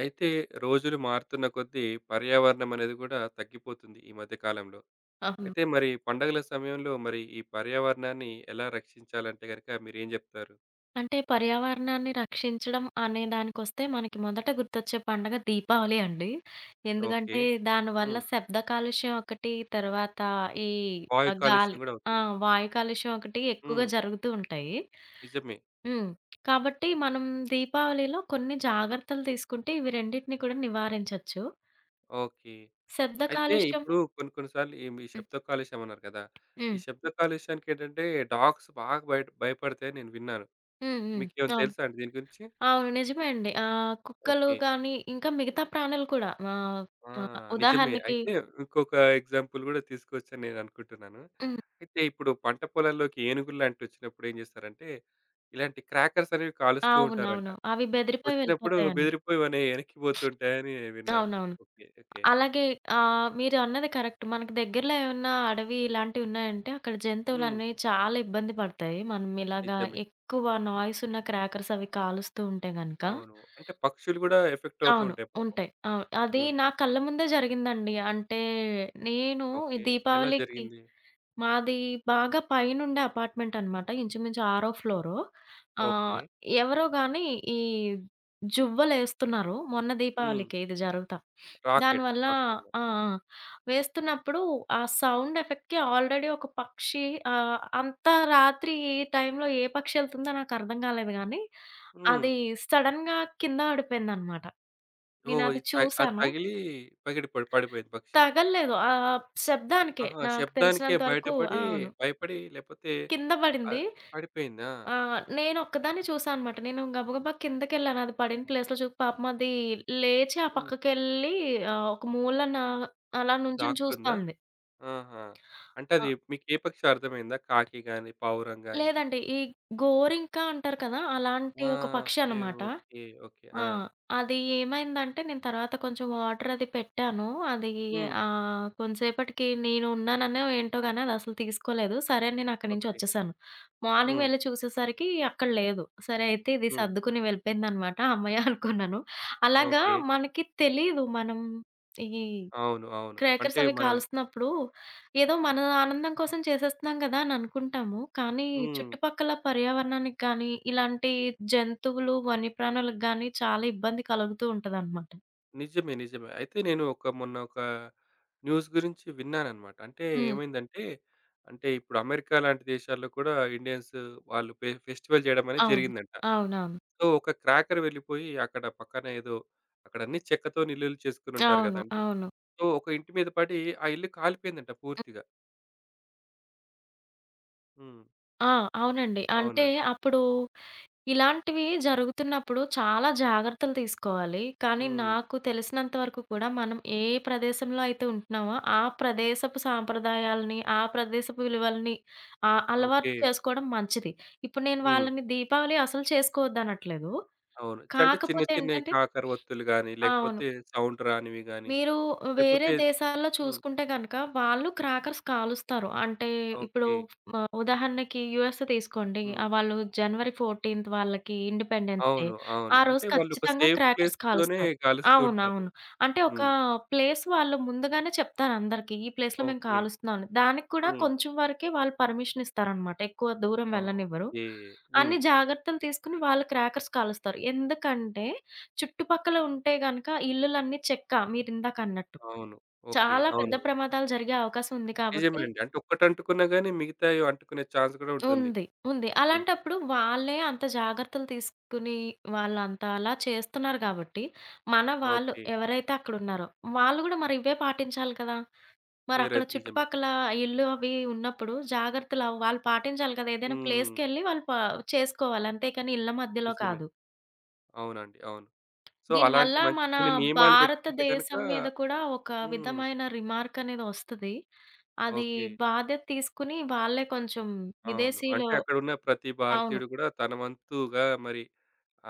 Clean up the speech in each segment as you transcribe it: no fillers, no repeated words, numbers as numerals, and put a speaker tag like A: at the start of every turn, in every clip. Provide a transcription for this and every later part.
A: అయితే రోజులు మారుతున్న కొద్దీ పర్యావరణం అనేది కూడా తగ్గిపోతుంది ఈ మధ్య కాలంలో.
B: అవును.
A: అయితే మరి పండగల సమయంలో మరి ఈ పర్యావరణాన్ని ఎలా రక్షించాలంటే గనుక మీరేం జెప్తారు?
B: అంటే పర్యావరణాన్ని రక్షించడం అనే దానికొస్తే మనకి మొదట గుర్తొచ్చే పండగ దీపావళి అండి.
A: ఓకే.
B: ఎందుకంటే దానివల్ల
A: హ్మ్.
B: శబ్ద కాలుష్యం ఒకటి, తర్వాత ఈ
A: వాయు కాలుష్యం
B: గాలి
A: గూడా
B: ఆ!
A: అవుతుంది.
B: వాయు కాలుష్యం ఒకటి ఎక్కువగా
A: హ్మ్.
B: జరుగుతూ ఉంటాయి.
A: నిజమే.
B: హ్మ్. కాబట్టి మనం దీపావళిలో కొన్ని జాగ్రత్తలు తీసుకుంటే ఇవి రెండిటిని కూడా నివారించొచ్చు.
A: ఓకే.
B: శబ్ద
A: అయితే
B: కాలుష్యం.
A: ఇప్పుడు కొన్ని కొన్ని సార్లు ఈ మీ
B: హ్మ్.
A: శబ్ద కాలుష్యం అన్నారు కదా! ఈ
B: హ్మ్.
A: శబ్ద కాలుష్యానికేంటంటే డాగ్స్ బాగా బయట భయపడతాయని నేను విన్నాను.
B: హ్మ్. హ్మ్.
A: మీకేమైనా
B: అవును.
A: తెలుసా అండి దీని గురించి?
B: అవును. నిజమే అండి. కుక్కలు
A: ఓకే.
B: కానీ, ఇంకా మిగతా ప్రాణులు కూడా. ఆహ్,
A: ఆ!
B: ఆహ్,
A: నిజమే.
B: ఉదాహరణకి.
A: అయితే ఇంకొక ఎగ్జాంపుల్ గూడా తీసుకోవచ్చని నేననుకుంటున్నాను.
B: హ్మ్.
A: అయితే ఇప్పుడు పంట పొలాల్లోకి ఏనుగుల్లాంటివి వచ్చినప్పుడు ఏం జేస్తారంటే, ఇలాంటి క్రాకర్స్ అనేవి కాలుస్తూ ఉంటారంట.
B: అవునవును. అవి బెదిరిపోయి
A: వచ్చినప్పుడు
B: వెళ్ళిపోతాయని.
A: బెదిరిపోయి మన ఎనక్కి పోతుంటాయని విన్నాను.
B: అవునవును.
A: ఓకే. ఓకే.
B: అలాగే మీరు అన్నది కరెక్ట్. మనకు దగ్గరలో ఏమన్నా అడవి ఇలాంటివున్నాయంటే అక్కడ
A: హ్మ్.
B: జంతువులనేవి చాలా ఇబ్బంది పడతాయి. మనం ఇలాగా
A: నిజమే.
B: ఎక్కువ నాయిస్ ఉన్న క్రాకర్స్ అవి కాలుస్తూ ఉంటే గనక.
A: అవును. అంటే పక్షులు గూడా ఎఫెక్ట్ అవుతూ
B: అవును.
A: ఉంటాయి పాపం.
B: ఉంటాయి. అవును. అది
A: హ్మ్.
B: నా కళ్ళ ముందే జరిగిందండి. అంటే నేను ఈ
A: ఓకే. ఎలా
B: దీపావళికి
A: జరిగింది?
B: మాది బాగా పైనుండే అపార్ట్‌మెంటనమాట. ఇంచుమించు ఆరో ఫ్లోరు.
A: ఓకే.
B: ఆహ్, ఎవరో గాని ఈ జువ్వలేస్తున్నారు. మొన్న
A: హ్మ్.
B: దీపావళికే ఇది జరుగుతా.
A: రాకెట్.
B: దానివల్ల
A: రాకెట్ అన్నమాట.
B: ఆ! ఆ! వేస్తున్నప్పుడు ఆ సౌండ్ ఎఫెక్ట్‌కి ఆల్రెడీ ఒక పక్షి, అంత రాత్రి ఈ టైంలో ఏ పక్షి ఎళ్తుందో నాకర్థం కాలేదు గానీ,
A: హ్మ్.
B: అది సడెన్‌గా కింద పడిపోయిందనమాట.
A: ఓహ్! ఇది
B: నేనది
A: త అది
B: చూసాను.
A: తగిలి పగిడి పడి పడిపోయింది పక్షి.
B: తగల్లేదు. ఆ శబ్దానికే
A: ఆహా!
B: నాకు
A: శబ్దానికే
B: తెలిసినంత వరకు.
A: బయటపడి,
B: అవును.
A: భయపడి లేపోతే
B: కింద పడింది.
A: ఆహ్, పడిపోయిందా?
B: నేనొక్కదాన్ని చూసానన్నమాట. నేను గబగబా కిందకెళ్ళాను. అది పడిన ప్లేస్‌లో చూసి పాపం అది లేచి ఆ
A: హ్మ్.
B: పక్కకెళ్ళి ఒక మూలన అలా నుంచొని చూస్తా
A: దాక్కుందా?
B: ఉంది.
A: ఆహా! అంటే
B: ఆ!
A: అది మీకు ఏ పక్షి అర్థమైందా? కాకి గాని, పావురం గాని?
B: లేదండి. ఈ గోరింక అంటారు కదా! అలాంటి
A: ఆ!
B: ఒక పక్షి
A: ఓకే.
B: అన్నమాట.
A: ఓకే. ఓకే.
B: ఆ!
A: ఆ!
B: అది ఏమైందంటే నేను తర్వాత కొంచెం వాటర్ అది పెట్టాను. అది
A: హ్మ్.
B: కొంతసేపటికి నేను ఉన్నాననో ఏంటో గాని అది అసలు తీసుకోలేదు. సరే అని నేను అక్కడి నుంచి
A: ఓకే.
B: వచ్చేసాను. మార్నింగ్
A: హ్మ్.
B: వెళ్లి చూసేసరికి అక్కడ లేదు. సరే అయితే ఇది
A: హ్మ్.
B: సర్దుకుని వెళ్ళిపోయిందనమాట. హమ్మయ్య అనుకున్నాను. అలాగా
A: ఓకే.
B: మనకి తెలీదు మనం ఈ
A: అవును. అవును.
B: క్రేకర్స్
A: అంటే
B: అవి
A: మనమే
B: కాలుస్తున్నప్పుడు, ఏదో మన ఆనందం కోసం చేసేస్తున్నాం గదా అని అనుకుంటాము. కానీ
A: హ్మ్.
B: చుట్టుపక్కల పర్యావరణానికి గానీ, ఇలాంటి జంతువులు, వన్యప్రాణులకు గానీ చాలా ఇబ్బంది కలుగుతూ ఉంటదనమాట.
A: నిజమే. నిజమే. అయితే నేను ఒక మొన్న ఒక న్యూస్ గురించి విన్నానన్నమాట. అంటే
B: హ్మ్.
A: ఏమైందంటే, అంటే ఇప్పుడు అమెరికా లాంటి దేశాల్లో కూడా ఇండియన్స్ వాళ్ళు ఫెస్టివల్ జేయడం అనేది
B: అవును.
A: జరిగిందంట.
B: అవునవును.
A: సో, ఒక క్రాకర్ వెళ్ళిపోయి అక్కడ పక్కన ఏదో అక్కడన్నీ చెక్కతోని ఇల్లులు చేసుకొని ఉంటారు
B: అవును.
A: గదండీ!
B: అవును.
A: సో, ఒక ఇంటి మీద పడి ఆ ఇల్లు కాలిపోయిందంట పూర్తిగా. హ్మ్.
B: ఆ! అవునండి. అంటే
A: అవునండి.
B: అప్పుడు ఇలాంటివి జరుగుతున్నప్పుడు చాలా జాగ్రత్తలు తీసుకోవాలి. కానీ
A: హ్మ్.
B: నాకు తెలిసినంత వరకు కూడా మనం ఏ ప్రదేశంలో అయితే ఉంటున్నామో, ఆ ప్రదేశపు సాంప్రదాయాలని, ఆ ప్రదేశపు విలువలని అలవాటు
A: ఓకే.
B: చేసుకోవడం మంచిది. ఇప్పుడు నేను
A: హ్మ్.
B: వాళ్ళని దీపావళి అసలు చేసుకోవద్దనట్లేదు.
A: అవును. అంటే చిన్న
B: కాకపోతే
A: చిన్నయి
B: ఏంటంటే
A: కాకర ఒత్తులు గాని,
B: అవును.
A: లేకపోతే సౌండ్ రానివి గాని,
B: మీరు వేరే
A: లేకపోతే
B: దేశాల్లో
A: హ్మ్.
B: చూసుకుంటే గనక, వాళ్ళు క్రాకర్స్ కాలుస్తారు. అంటే ఇప్పుడు
A: ఓకే.
B: ఉదాహరణకి యూఎస్‌ఏ తీసుకోండి.
A: హ్మ్.
B: వాళ్ళు జనవరి 14థ్ వాళ్ళకి ఇండిపెండెన్స్ డే.
A: అవును. అవును.
B: ఆ రోజు
A: అంటే వాళ్ళు ఒక
B: ఖచ్చితంగా
A: సేఫ్
B: క్రాకర్స్
A: ప్లేస్‌లోనే
B: కాలుస్తారు.
A: కాలుస్తూ ఉంటారు.
B: అవునవును. అంటే ఒక
A: హ్మ్.
B: ప్లేస్ వాళ్ళు ముందుగానే చెప్తారు అందరికి. ఈ ప్లేస్‌లో మేము
A: ఓకే.
B: కాలుస్తున్నాం అని. దానికి కూడా
A: హ్మ్.
B: కొంచెం వరకే వాళ్ళు పర్మిషన్ ఇస్తారనమాట. ఎక్కువ దూరం వెళ్ళనివ్వరు.
A: ఓకే. హ్మ్.
B: అన్ని జాగ్రత్తలు తీసుకొని వాళ్ళు క్రాకర్స్ కాలుస్తారు. ఎందుకంటే చుట్టుపక్కల ఉంటే గనక ఇల్లులన్నీ చెక్క మీరిందాకన్నట్టు.
A: అవును. ఓకే.
B: చాలా పెద్ద
A: అవును.
B: ప్రమాదాలు జరిగే అవకాశం ఉంది
A: నిజమే
B: కాబట్టి
A: అండి. అంటే ఒక్కటంటుకున్నా గాని మిగతాయి అంటుకునే ఛాన్స్ గూడా ఉంటుంది.
B: ఉంది. ఉంది.
A: హ్మ్.
B: అలాంటప్పుడు వాళ్ళే అంత జాగ్రత్తలు తీసుకుని వాళ్ళంత అలా చేస్తున్నారు గాబట్టి, మన వాళ్ళు
A: ఓకే.
B: ఎవరైతే అక్కడున్నారో వాళ్ళు గూడా మరి ఇవే పాటించాలి కదా! మరక్కడ
A: నిజమే.
B: చుట్టుపక్కల ఇల్లు అవి ఉన్నప్పుడు జాగ్రత్తలు అవి వాళ్ళు పాటించాలి కదా! ఏదైనా
A: హ్మ్.
B: ప్లేస్‌కెళ్ళి వాళ్ళు ప చేసుకోవాలి. అంతేకాని ఇళ్ళ మధ్యలో
A: నిజమే.
B: కాదు.
A: అవునండి. అవును. సో,
B: దీనివల్ల
A: అలాంటి మంచి
B: మన
A: కొన్ని నియమాలు పెట్టుకుంటే గనక
B: భారతదేశం మీద కూడా ఒక
A: హ్మ్.
B: విధమైన రిమార్క్ అనేది వస్తది. అది
A: ఓకే.
B: బాధ్యత తీసుకొని వాళ్ళే కొంచెం
A: అవును.
B: విదేశీయులు.
A: అంటే అక్కడున్న ప్రతి
B: అవును.
A: భారతీయుడు గూడా తన వంతుగా మరి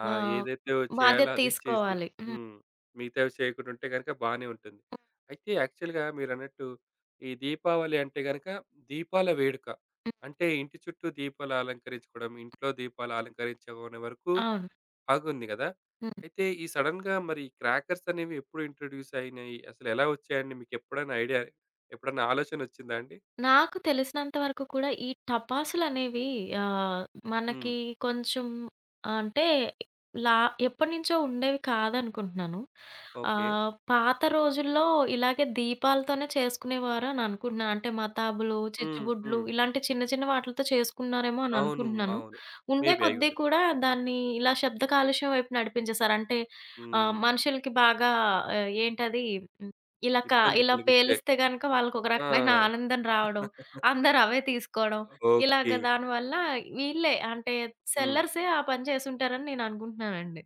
A: ఆ!
B: ఆ!
A: ఏదైతే చేయాలో
B: బాధ్యత
A: అది చేసి
B: తీసుకోవాలి. హ్మ్.
A: హ్మ్. మిగతావి చేయకుండా ఉంటే గనుక బానే ఉంటుంది. అయితే యాక్చువల్‌గా మీరన్నట్టు ఈ దీపావళి అంటే గనక దీపాల వేడుక.
B: హ్మ్.
A: అంటే ఇంటి చుట్టూ దీపాలు అలంకరించుకోవడం, ఇంట్లో దీపాలు అలంకరించుకునే వరకు
B: అవును.
A: ఆగుంది గదా!
B: హ్మ్.
A: అయితే ఈ సడెన్‌గా మరి క్రాకర్స్ అనేవి ఎప్పుడు ఇంట్రొడ్యూస్ అయినాయి? అసలెలా వచ్చాయండి? మీకెప్పుడైనా ఐడియా ఎప్పుడన్నా ఆలోచన వచ్చిందా అండి?
B: నాకు తెలిసినంత వరకు కూడా ఈ టపాసులనేవి ఆహ్,
A: హ్మ్.
B: మనకి కొంచెం అంటే లా ఎప్పటినుంచో ఉండేవి కాదనుకుంటున్నాను.
A: ఓకే.
B: పాత రోజుల్లో ఇలాగే దీపాలతోనే చేసుకునేవారని అనుకుంటున్నాను. అంటే మతాబులు,
A: హ్మ్.
B: చిచ్చుబుడ్లు
A: హ్మ్.
B: ఇలాంటి చిన్న చిన్న వాటిలతో చేసుకున్నారేమో అని
A: అవును.
B: అనుకుంటున్నాను.
A: అవును.
B: ఉండే
A: మేబీ
B: కొద్దీ
A: అయ్యుండొచ్చు.
B: కూడా దాన్ని ఇలా శబ్ద కాలుష్యం వైపు నడిపించేసారు. అంటే
A: హ్మ్.
B: మనుషులకి బాగా ఏంటది ఇలా క
A: ఇబ్బంది
B: ఇలా
A: కలిగిచ్చే
B: పేలిస్తే గనక వాళ్ళకొక రకమైన
A: ఆ!
B: ఆనందం రావడం. అందరూ అవే తీసుకోవడం.
A: ఓకే.
B: ఇలాగ దానివల్ల వీళ్ళే అంటే
A: హ్మ్.
B: సెల్లర్సే ఆ పని చేసుంటారని నేననుకుంటున్నానండి.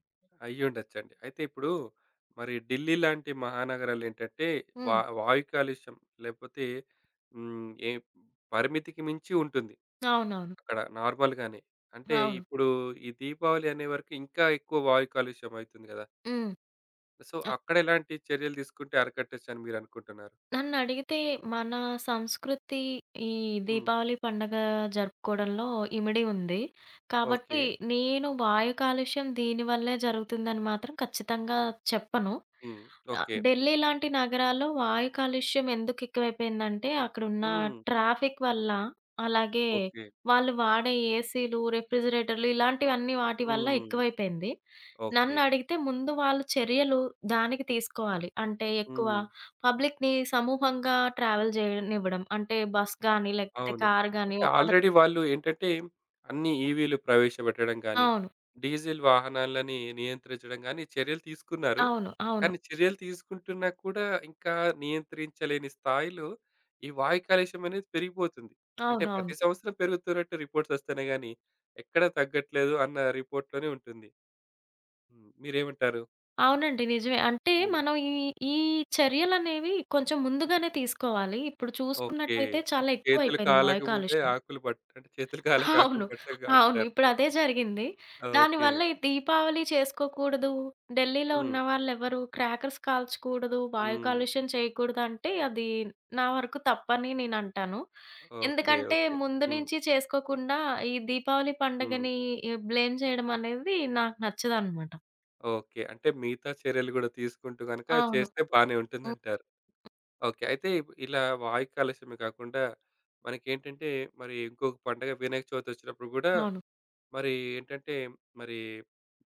A: అయ్యుండొచ్చండి. అయితే ఇప్పుడు మరి ఢిల్లీ లాంటి మహానగరాలేంటంటే
B: హ్మ్.
A: వాయు కాలుష్యం లేకపోతే హ్మ్. ఏ పరిమితికి మించి ఉంటుంది.
B: అవునవును.
A: అక్కడ నార్మల్‌గానే. అంటే
B: అవును.
A: ఇప్పుడు ఈ దీపావళి అనే వరకు ఇంకా ఎక్కువ వాయు కాలుష్యం అయితుంది గదా!
B: హ్మ్.
A: సో, అక్కడ ఎలాంటి చర్యలు తీసుకుంటే అరికట్టొచ్చని మీరనుకుంటున్నారు?
B: నన్నడిగితే మన సంస్కృతి ఈ
A: హ్మ్.
B: దీపావళి పండగ జరుపుకోవడంలో ఇమిడి ఉంది.
A: ఓకే.
B: కాబట్టి నేను వాయు కాలుష్యం దీనివల్లే జరుగుతుందని మాత్రం ఖచ్చితంగా చెప్పను.
A: హ్మ్. ఓకే.
B: ఢిల్లీ లాంటి నగరాల్లో వాయు కాలుష్యం ఎందుకు ఎక్కువైపోయిందంటే అక్కడున్న
A: హ్మ్.
B: ట్రాఫిక్ వల్ల, అలాగే
A: ఓకే.
B: వాళ్ళు వాడే ఏసీలు, రెఫ్రిజిరేటర్లు ఇలాంటివన్నీ వాటి వల్ల
A: హ్మ్.
B: ఎక్కువైపోయింది.
A: ఓకే.
B: నన్నడిగితే ముందు వాళ్ళు చర్యలు దానికి తీసుకోవాలి. అంటే ఎక్కువ
A: హ్మ్.
B: పబ్లిక్‌ని సమూహంగా ట్రావెల్ జేయనివ్వడం. అంటే బస్ గాని, లేకపోతే
A: అవును.
B: కార్ గాని
A: అంటే
B: ఒకద.
A: ఆల్రెడీ వాళ్ళు ఏంటంటే అన్ని ఈవీలు ప్రవేశపెట్టడం గానీ,
B: అవును.
A: డీజిల్ వాహనాలని నియంత్రించడం గానీ చర్యలు తీసుకున్నారు.
B: అవును. అవును.
A: కానీ చర్యలు తీసుకుంటున్నా కూడా ఇంకా నియంత్రించలేని స్థాయిలో ఈ వాయు కాలుష్యం అనేది పెరిగిపోతుంది. అంటే
B: అవునవును.
A: ప్రతి సంవత్సరం పెరుగుతున్నట్టు రిపోర్ట్స్ వస్తేనే గానీ ఎక్కడ తగ్గట్లేదు అన్న రిపోర్ట్‌లోనే ఉంటుంది. హ్మ్. మీరేమంటారు?
B: అవునండి. నిజమే. అంటే
A: హ్మ్.
B: మనం ఈ, ఈ చర్యలనేవి కొంచెం ముందుగానే తీసుకోవాలి. ఇప్పుడు
A: ఓకే.
B: చూసుకున్నట్టయితే చాలా
A: అంటే
B: ఎక్కువైపోయింది వాయు కాలుష్యం.
A: చేతులు కాలక ఆకులు
B: అవును.
A: పట్టగా
B: అవును.
A: అంటారు.
B: ఇప్పుడదే జరిగింది.
A: ఓకే.
B: దానివల్ల ఈ దీపావళి చేసుకోకూడదు. ఢిల్లీలో
A: హ్మ్.
B: ఉన్న వాళ్ళెవరు క్రాకర్స్ కాల్చకూడదు, వాయు
A: హ్మ్.
B: కాలుష్యం చేయకూడదు అంటే అది నా వరకు తప్పని నేనంటాను.
A: ఓకే.
B: ఎందుకంటే
A: ఓకే.
B: ముందు
A: హ్మ్.
B: నుంచి చేసుకోకుండా ఈ దీపావళి
A: హ్మ్.
B: పండుగని ఈ బ్లేమ్ చేయడం అనేది నాకు నచ్చదనమాట.
A: ఓకే. అంటే మిగతా చర్యలు గూడా తీసుకుంటూ గనక
B: అవును.
A: చేస్తే బానే
B: హ్మ్.
A: ఉంటుందంటారు. ఓకే. అయితే ఇలా వాయు కాలుష్యమే కాకుండా మనకేంటంటే మరి ఇంకొక పండగ వినాయక చవితి వచ్చినప్పుడు గూడా
B: అవును.
A: మరి ఏంటంటే మరి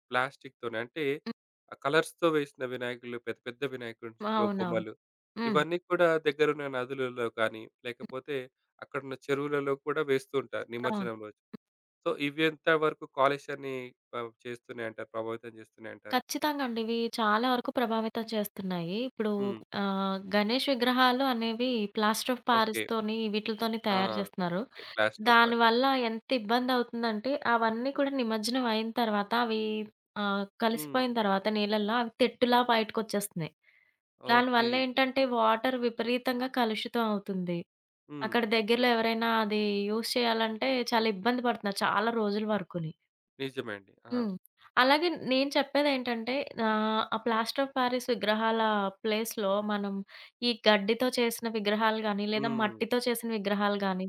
A: ప్లాస్టిక్‌తోని అంటే
B: హ్మ్.
A: ఆ కలర్స్‌తో వేసిన వినాయకులు పెద్ద పెద్ద వినాయకుడి
B: అవునవును.
A: బొమ్మలు
B: హ్మ్.
A: ఇవన్నీ కూడా దగ్గరున్న నదులలో కానీ లేకపోతే అక్కడున్న చెరువులలో కూడా వేస్తూ ఉంటారు
B: అవును.
A: నిమజ్జనం రోజు. సో, ఇవి ఎంత వరకు కాలుష్యాన్ని చేస్తున్నాయి అంటారు? ప్రభావితం చేస్తున్నాయి అంటారు?
B: ఖచ్చితంగా అండి. ఇవి చాలా వరకు ప్రభావితం చేస్తున్నాయి. ఇప్పుడు
A: హ్మ్.
B: గణేష్ విగ్రహాలు అనేవి ప్లాస్టర్ ఆఫ్
A: ఓకే.
B: పారిస్‌తోని వీటిలతోని
A: ఆ!
B: తయారు చేస్తున్నారు.
A: ఓకే. Plaster of Paris.
B: దానివల్ల ఎంత ఇబ్బందవుతుందంటే, అవన్నీ కూడా నిమజ్జనం అయిన తర్వాత అవి
A: హ్మ్.
B: కలిసిపోయిన తర్వాత నీళ్ళల్లో అవి తెట్టులా బయటకొచ్చేస్తున్నాయి.
A: ఓకే.
B: దానివల్ల ఏంటంటే వాటర్ విపరీతంగా కలుషితం అవుతుంది.
A: హ్మ్.
B: అక్కడ దగ్గరలో ఎవరైనా అది యూజ్ చేయాలంటే చాలా ఇబ్బంది పడుతున్నారు చాలా రోజుల వరకుని.
A: నిజమే అండి. ఆ!
B: హ్మ్. అలాగే నేను చెప్పేదేంటంటే ఆ ప్లాస్టర్ ఆఫ్ పారిస్ విగ్రహాల ప్లేస్‌లో మనం ఈ గడ్డితో చేసిన విగ్రహాలు గాని, లేదా
A: హ్మ్.
B: మట్టితో చేసిన విగ్రహాలు గాని,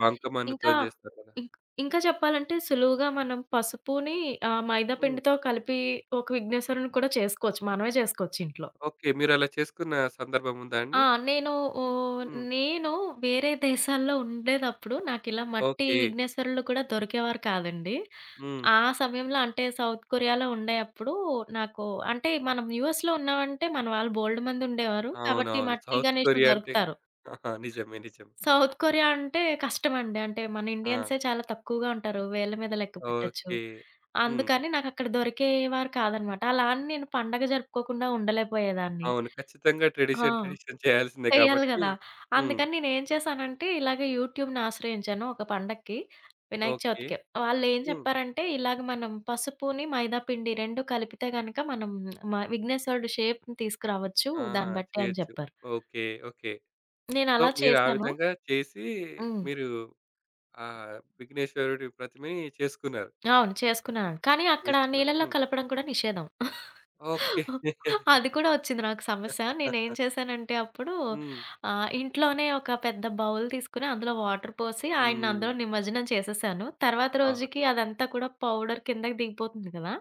B: ఇంకా
A: బంకమన్నుతోని చేస్తారు కదా!
B: ఇంక్ ఇంకా చెప్పాలంటే సులువుగా మనం పసుపుని మైదా
A: హ్మ్.
B: పిండితో కలిపి ఒక విఘ్నేశ్వరుడిని కూడా చేసుకోవచ్చు. మనమే చేసుకోవచ్చు ఇంట్లో.
A: ఓకే. మీరలా చేసుకున్న సందర్భం ఉందా
B: ఆ!
A: అండి?
B: నేను ఓహ్,
A: హ్మ్.
B: నేను వేరే దేశాల్లో ఉండేదప్పుడు నాకిలా మట్టి
A: ఓకే.
B: విఘ్నేశ్వరులు కూడా దొరికేవారు కాదండి.
A: హ్మ్.
B: ఆ సమయంలో అంటే సౌత్ కొరియాలో ఉండేప్పుడు నాకు అంటే మనం యూఎస్‌లో ఉన్నామంటే మన వాళ్ళు బోలెడు మందుండేవారు. కాబట్టి
A: అవునవును.
B: మట్టి
A: సౌత్
B: గణేషులు
A: కొరియా అంటే
B: దొరుకుతారు.
A: ఆహా, నిజమే. నిజమే.
B: సౌత్ కొరియా అంటే కష్టమండి. అంటే మన
A: ఆ!
B: ఇండియన్సే చాలా తక్కువగా ఉంటారు. వేళ్ళ మీద లెక్క పెట్టొచ్చు.
A: ఓకే. హ్మ్.
B: అందుకని నాకక్కడ దొరికేవారు కాదనమాట. అలా అని నేను పండగ జరుపుకోకుండా ఉండలేకపోయేదాన్ని.
A: అవును. ఖచ్చితంగా
B: ఆ!
A: ట్రెడిషన్ చేయాల్సిందే
B: చెయ్యాలి
A: కాబట్టి
B: గదా!
A: హ్మ్.
B: అందుకని నేనేం చేశానంటే, ఇలాగ యూట్యూబ్‌ని ఆశ్రయించాను ఒక పండక్కి. వినాయక
A: ఓకే.
B: చవితికి. వాళ్ళేం
A: హ్మ్.
B: చెప్పారంటే, ఇలాగ మనం పసుపుని, మైదా పిండి 2 కలిపితే గనక మనం మ విఘ్నేశ్వరుడు షేప్‌ని తీసుకురావచ్చు
A: ఆ!
B: దాన్ని బట్టి అని
A: చేయొచ్చు.
B: చెప్పారు.
A: ఓకే. ఓకే. సో,
B: నేనలా
A: మీరు ఆ
B: చేశాను.
A: విధంగా చేసి
B: హ్మ్.
A: మీరు విఘ్నేశ్వరుడి ప్రతిమని చేసుకున్నారు.
B: అవును. చేసుకున్నాను. కానీ అక్కడ
A: చేసుకున్నారు.
B: నీళ్ళల్లో
A: హ్మ్.
B: కలపడం కూడా నిషేధం.
A: ఓకే.
B: అది కూడా వచ్చింది నాకు సమస్య. నేనేం చేశానంటే అప్పుడు
A: హ్మ్.
B: ఇంట్లోనే ఒక పెద్ద బౌల్ తీసుకొని అందులో వాటర్ పోసి ఆయన్ని
A: హ్మ్.
B: అందులో నిమజ్జనం చేసేసాను. తర్వాత
A: అవును.
B: రోజుకి అదంతా కూడా పౌడర్ కిందకి దిగిపోతుంది కదా!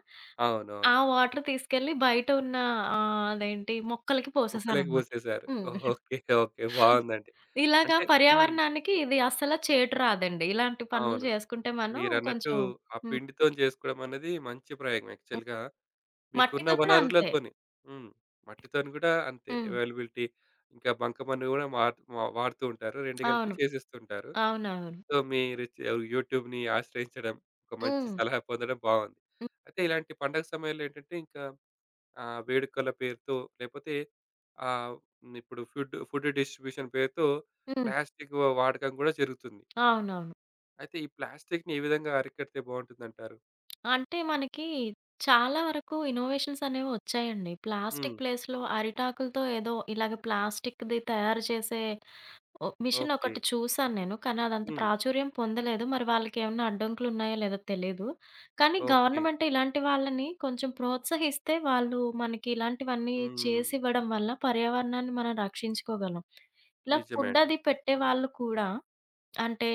B: ఆ
A: అవునవును.
B: వాటర్ తీసుకెళ్ళి బయట ఉన్న అదేంటి మొక్కలకి
A: ముక్కలోకి
B: పోసేసాననమాట.
A: పోసేసారు.
B: హ్మ్.
A: ఓకే. ఓకే. బావుందండి.
B: ఇలాగా
A: అంటే హ్మ్.
B: పర్యావరణానికి ఇది అస్సల చేటు రాదండి. ఇలాంటి పనులు
A: అవును.
B: చేసుకుంటే మనం
A: మీరన్నట్టు
B: కొంచెం.
A: ఆ
B: హ్మ్.
A: పిండితోని చేసుకోవడం అనేది మంచి ప్రయోగం
B: హ్మ్.
A: యాక్చువల్‌గా మీకున్న
B: మట్టితో కూడా అంతే.
A: వనరులతోని. హ్మ్. మట్టితోని గూడా అంతే
B: హ్మ్.
A: అవైలబిలిటీ. ఇంకా బంకమన్ను గూడా వాడ్ వ వాడుతూ ఉంటారు. రెండు కలిపి
B: అవును.
A: చేసేస్తుంటారు.
B: అవునవును.
A: సో, మీరు యూట్యూబ్‌ని ఆశ్రయించడం, ఒక మంచి
B: హ్మ్.
A: సలహా పొందడం బావుంది.
B: హ్మ్.
A: అయితే ఇలాంటి పండగ సమయంలో ఏంటంటే ఇంకా వేడుకల పేరుతో లేపోతే ఆహ్, ఇప్పుడు ఫుడ్ ఫుడ్ డిస్ట్రిబ్యూషన్ పేరుతో
B: హ్మ్.
A: ప్లాస్టిక్ వాడకం గూడా జరుగుతుంది.
B: అవునవును.
A: అయితే ఈ ప్లాస్టిక్‌ని ఏ విధంగా అరికడితే బావుంటుందంటారు?
B: అంటే మనకి చాలా వరకు ఇన్నోవేషన్స్ అనేవి వచ్చాయండి. ప్లాస్టిక్
A: హ్మ్.
B: ప్లేస్‌లో అరిటాకులతో ఏదో ఇలాగ ప్లాస్టిక్‌ది తయారు చేసే ఒ మిషన్
A: ఓకే.
B: ఒకటి చూసాను నేను. కానీ అదంత
A: హ్మ్.
B: ప్రాచుర్యం పొందలేదు. మరి వాళ్ళకేమన్నా అడ్డంకులు ఉన్నాయో లేదో తెలీదు. కానీ
A: ఓకే.
B: గవర్నమెంట్ ఇలాంటి వాళ్ళని కొంచెం ప్రోత్సహిస్తే వాళ్ళు మనకి ఇలాంటివన్నీ
A: హ్మ్.
B: చేసివ్వడం వల్ల పర్యావరణాన్ని మనం రక్షించుకోగలం. ఇలా
A: నిజమే
B: ఫుడ్
A: అండి.
B: అది పెట్టే వాళ్ళు కూడా అంటే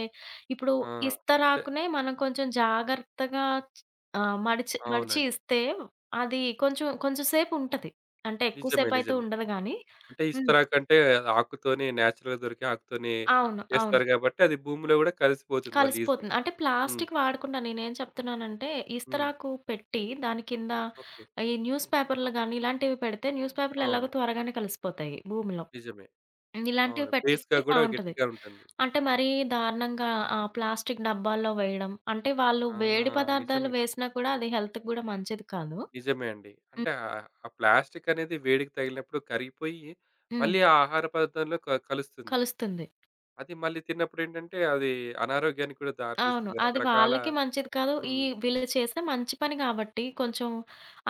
B: ఇప్పుడు
A: ఆ! అంటే
B: ఇస్తరాకునే మనం కొంచెం జాగ్రత్తగా మడిచి మడిచి
A: అవునండి.
B: ఇస్తే అది కొంచెం కొంచెం సేపు ఉంటది. అంటే ఎక్కువ
A: నిజమే.
B: సేపయితే
A: నిజమే.
B: ఉండదు గానీ.
A: అంటే
B: హ్మ్.
A: ఇస్తరాకంటే ఆకుతోనే నేచురల్‌గా దొరికే ఆకుతోనే
B: అవును. అవును.
A: చేస్తారు గాబట్టి అది భూమిలో గూడా కలిసిపోతుంది మళ్ళీ ఈజీగా.
B: కలిసిపోతుంది. అంటే
A: హ్మ్.
B: ప్లాస్టిక్ వాడకుండా నేనేం చెప్తున్నానంటే
A: హ్మ్.
B: ఇస్తరాకు పెట్టి దాని కింద
A: ఓకే.
B: ఈ న్యూస్ పేపర్‌లు గాని ఇలాంటివి పెడితే న్యూస్ పేపర్‌లు ఎలాగో
A: అవును.
B: త్వరగానే కలిసిపోతాయి భూమిలో.
A: నిజమే.
B: హ్మ్. ఇలాంటివి
A: అవును.
B: పెట్టిస్తే
A: బేస్‌గా గూడా
B: బావుంటది.
A: గట్టిగా ఉంటుంది.
B: అంటే మరీ దారుణంగా ఆ ప్లాస్టిక్ డబ్బాల్లో వేయడం. అంటే వాళ్ళు
A: ఆ!
B: వేడి పదార్థాలు
A: నిజమే.
B: వేసినా కూడా అది హెల్త్‌కి గూడా మంచిది కాదు.
A: నిజమే అండి.
B: హ్మ్.
A: అంటే ఆ ప్లాస్టిక్ అనేది వేడికి తగిలినప్పుడు కరిగిపోయి
B: హ్మ్.
A: మళ్ళీ ఆ ఆహార పదార్థంలో కలుస్తుంది.
B: కలుస్తుంది.
A: అది మళ్ళీ తిన్నప్పుడేంటంటే అది అనారోగ్యానికి కూడా
B: అవును.
A: దారితీస్తుంది.
B: అది
A: రకరకాల
B: వాళ్ళకి మంచిది కాదు. ఈ
A: హ్మ్.
B: వీళ్ళు చేసే మంచి పని గాబట్టి కొంచెం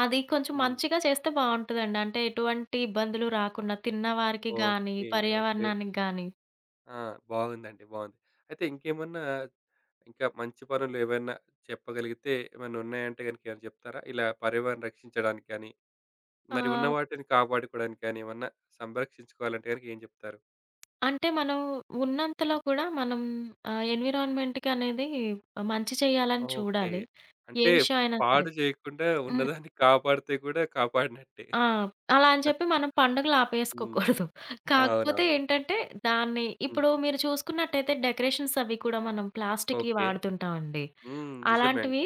B: అది కొంచెం
A: హ్మ్.
B: మంచిగా చేస్తే బావుంటదండి. అంటే ఎటువంటి ఇబ్బందులు రాకుండా తిన్నవారికి గానీ,
A: ఓకే. ఓకే.
B: పర్యావరణానికి గానీ.
A: ఆ! బాగుందండి. బాగుంది. అయితే ఇంకేమన్నా ఇంకా మంచి పనులు ఏవైనా చెప్పగలిగితే ఏమన్నా ఉన్నాయంటే గనుక ఏమైనా చెప్తారా? ఇలా పర్యావరణం రక్షించడానికి కానీ, మరి ఉన్న
B: ఆ!
A: వాటిని కాపాడుకోవడానికి కానీ ఏమన్నా సంరక్షించుకోవాలంటే గనుక ఏం చెప్తారు?
B: అంటే మనం ఉన్నంతలో
A: హ్మ్.
B: కూడా మనం ఎన్విరాన్మెంట్‌కి అనేది మంచి చేయాలని
A: ఓకే.
B: చూడాలి. ఏ
A: అంటే
B: విషయం అయినా సరే.
A: పాడు చేయకుండా
B: హ్మ్.
A: ఉన్నదాన్ని కాపాడితే కూడా కాపాడినట్టే.
B: ఆ! అలా అని చెప్పి మనం పండుగలు
A: హ్మ్.
B: ఆపేసుకోకూడదు.
A: అవునవును.
B: కాకపోతే ఏంటంటే దాన్ని
A: హ్మ్.
B: ఇప్పుడు మీరు చూసుకున్నట్టయితే డెకరేషన్స్ అవి కూడా మనం ప్లాస్టిక్‌వి
A: ఓకే.
B: వాడుతుంటామండి.
A: హ్మ్. నిజమే అండి.
B: అలాంటివి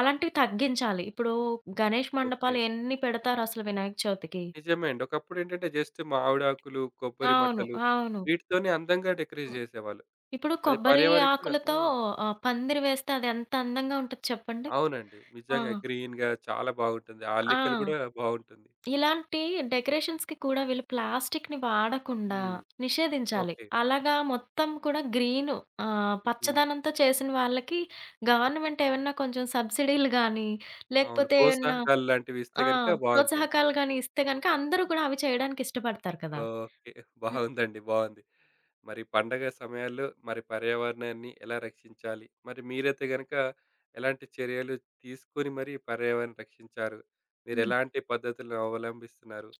B: అలాంటివి తగ్గించాలి. ఇప్పుడు గణేష్
A: ఓకే.
B: మండపాలు ఎన్ని పెడతారు అసలు వినాయక చవితికి.
A: నిజమే అండి. ఒకప్పుడేంటంటే జస్ట్ మామిడాకులు, కొబ్బరి
B: అవును.
A: మట్టలు
B: అవును.
A: వీటితోనే అందంగా డెకరేట్ చేసేవాళ్ళు.
B: ఇప్పుడు
A: అది
B: కొబ్బరి
A: పర్యావరణం కూడా
B: ఆకులతో
A: ఆ!
B: పందిరి వేస్తే అది ఎంత అందంగా ఉంటది చెప్పండి.
A: అవునండి.
B: ఆ!
A: నిజంగా గ్రీన్‌గా చాలా బాగుంటుంది. ఆ
B: ఆ!
A: అల్లికలు కూడా బాగుంటుంది.
B: ఇలాంటి డెకరేషన్స్‌కి కూడా వీళ్ళు ప్లాస్టిక్‌ని వాడకుండా
A: హ్మ్.
B: నిషేధించాలి.
A: ఓకే.
B: అలాగా మొత్తం కూడా గ్రీను
A: హ్మ్.
B: పచ్చదనంతో చేసిన వాళ్ళకి గవర్నమెంట్ ఏమన్నా కొంచెం సబ్సిడీలు గానీ,
A: అవును.
B: లేకపోతే ఏమన్నా
A: ప్రోత్సాహకాలు లాంటివి ఇస్తే
B: ఆ!
A: గనుక బాగుంటుంది.
B: ప్రోత్సాహకాలు గాని ఇస్తే గనక అందరూ కూడా అవి చేయడానికి ఇష్టపడతారు కదా!
A: ఓకే.
B: హ్మ్.
A: బాగుందండి. బాగుంది. మరి పండగ సమయాల్లో మరి పర్యావరణాన్ని ఎలా రక్షించాలి? మరి మీరైతే గనుక ఎలాంటి చర్యలు తీసుకొని మరి పర్యావరణం రక్షించారు?
B: హ్మ్.
A: మీరెలాంటి పద్ధతులను అవలంబిస్తున్నారు?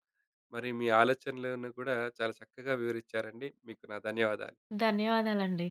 A: మరి మీ ఆలోచనలను కూడా చాలా చక్కగా వివరించారండి. మీకు నా ధన్యవాదాలు.
B: ధన్యవాదాలండి.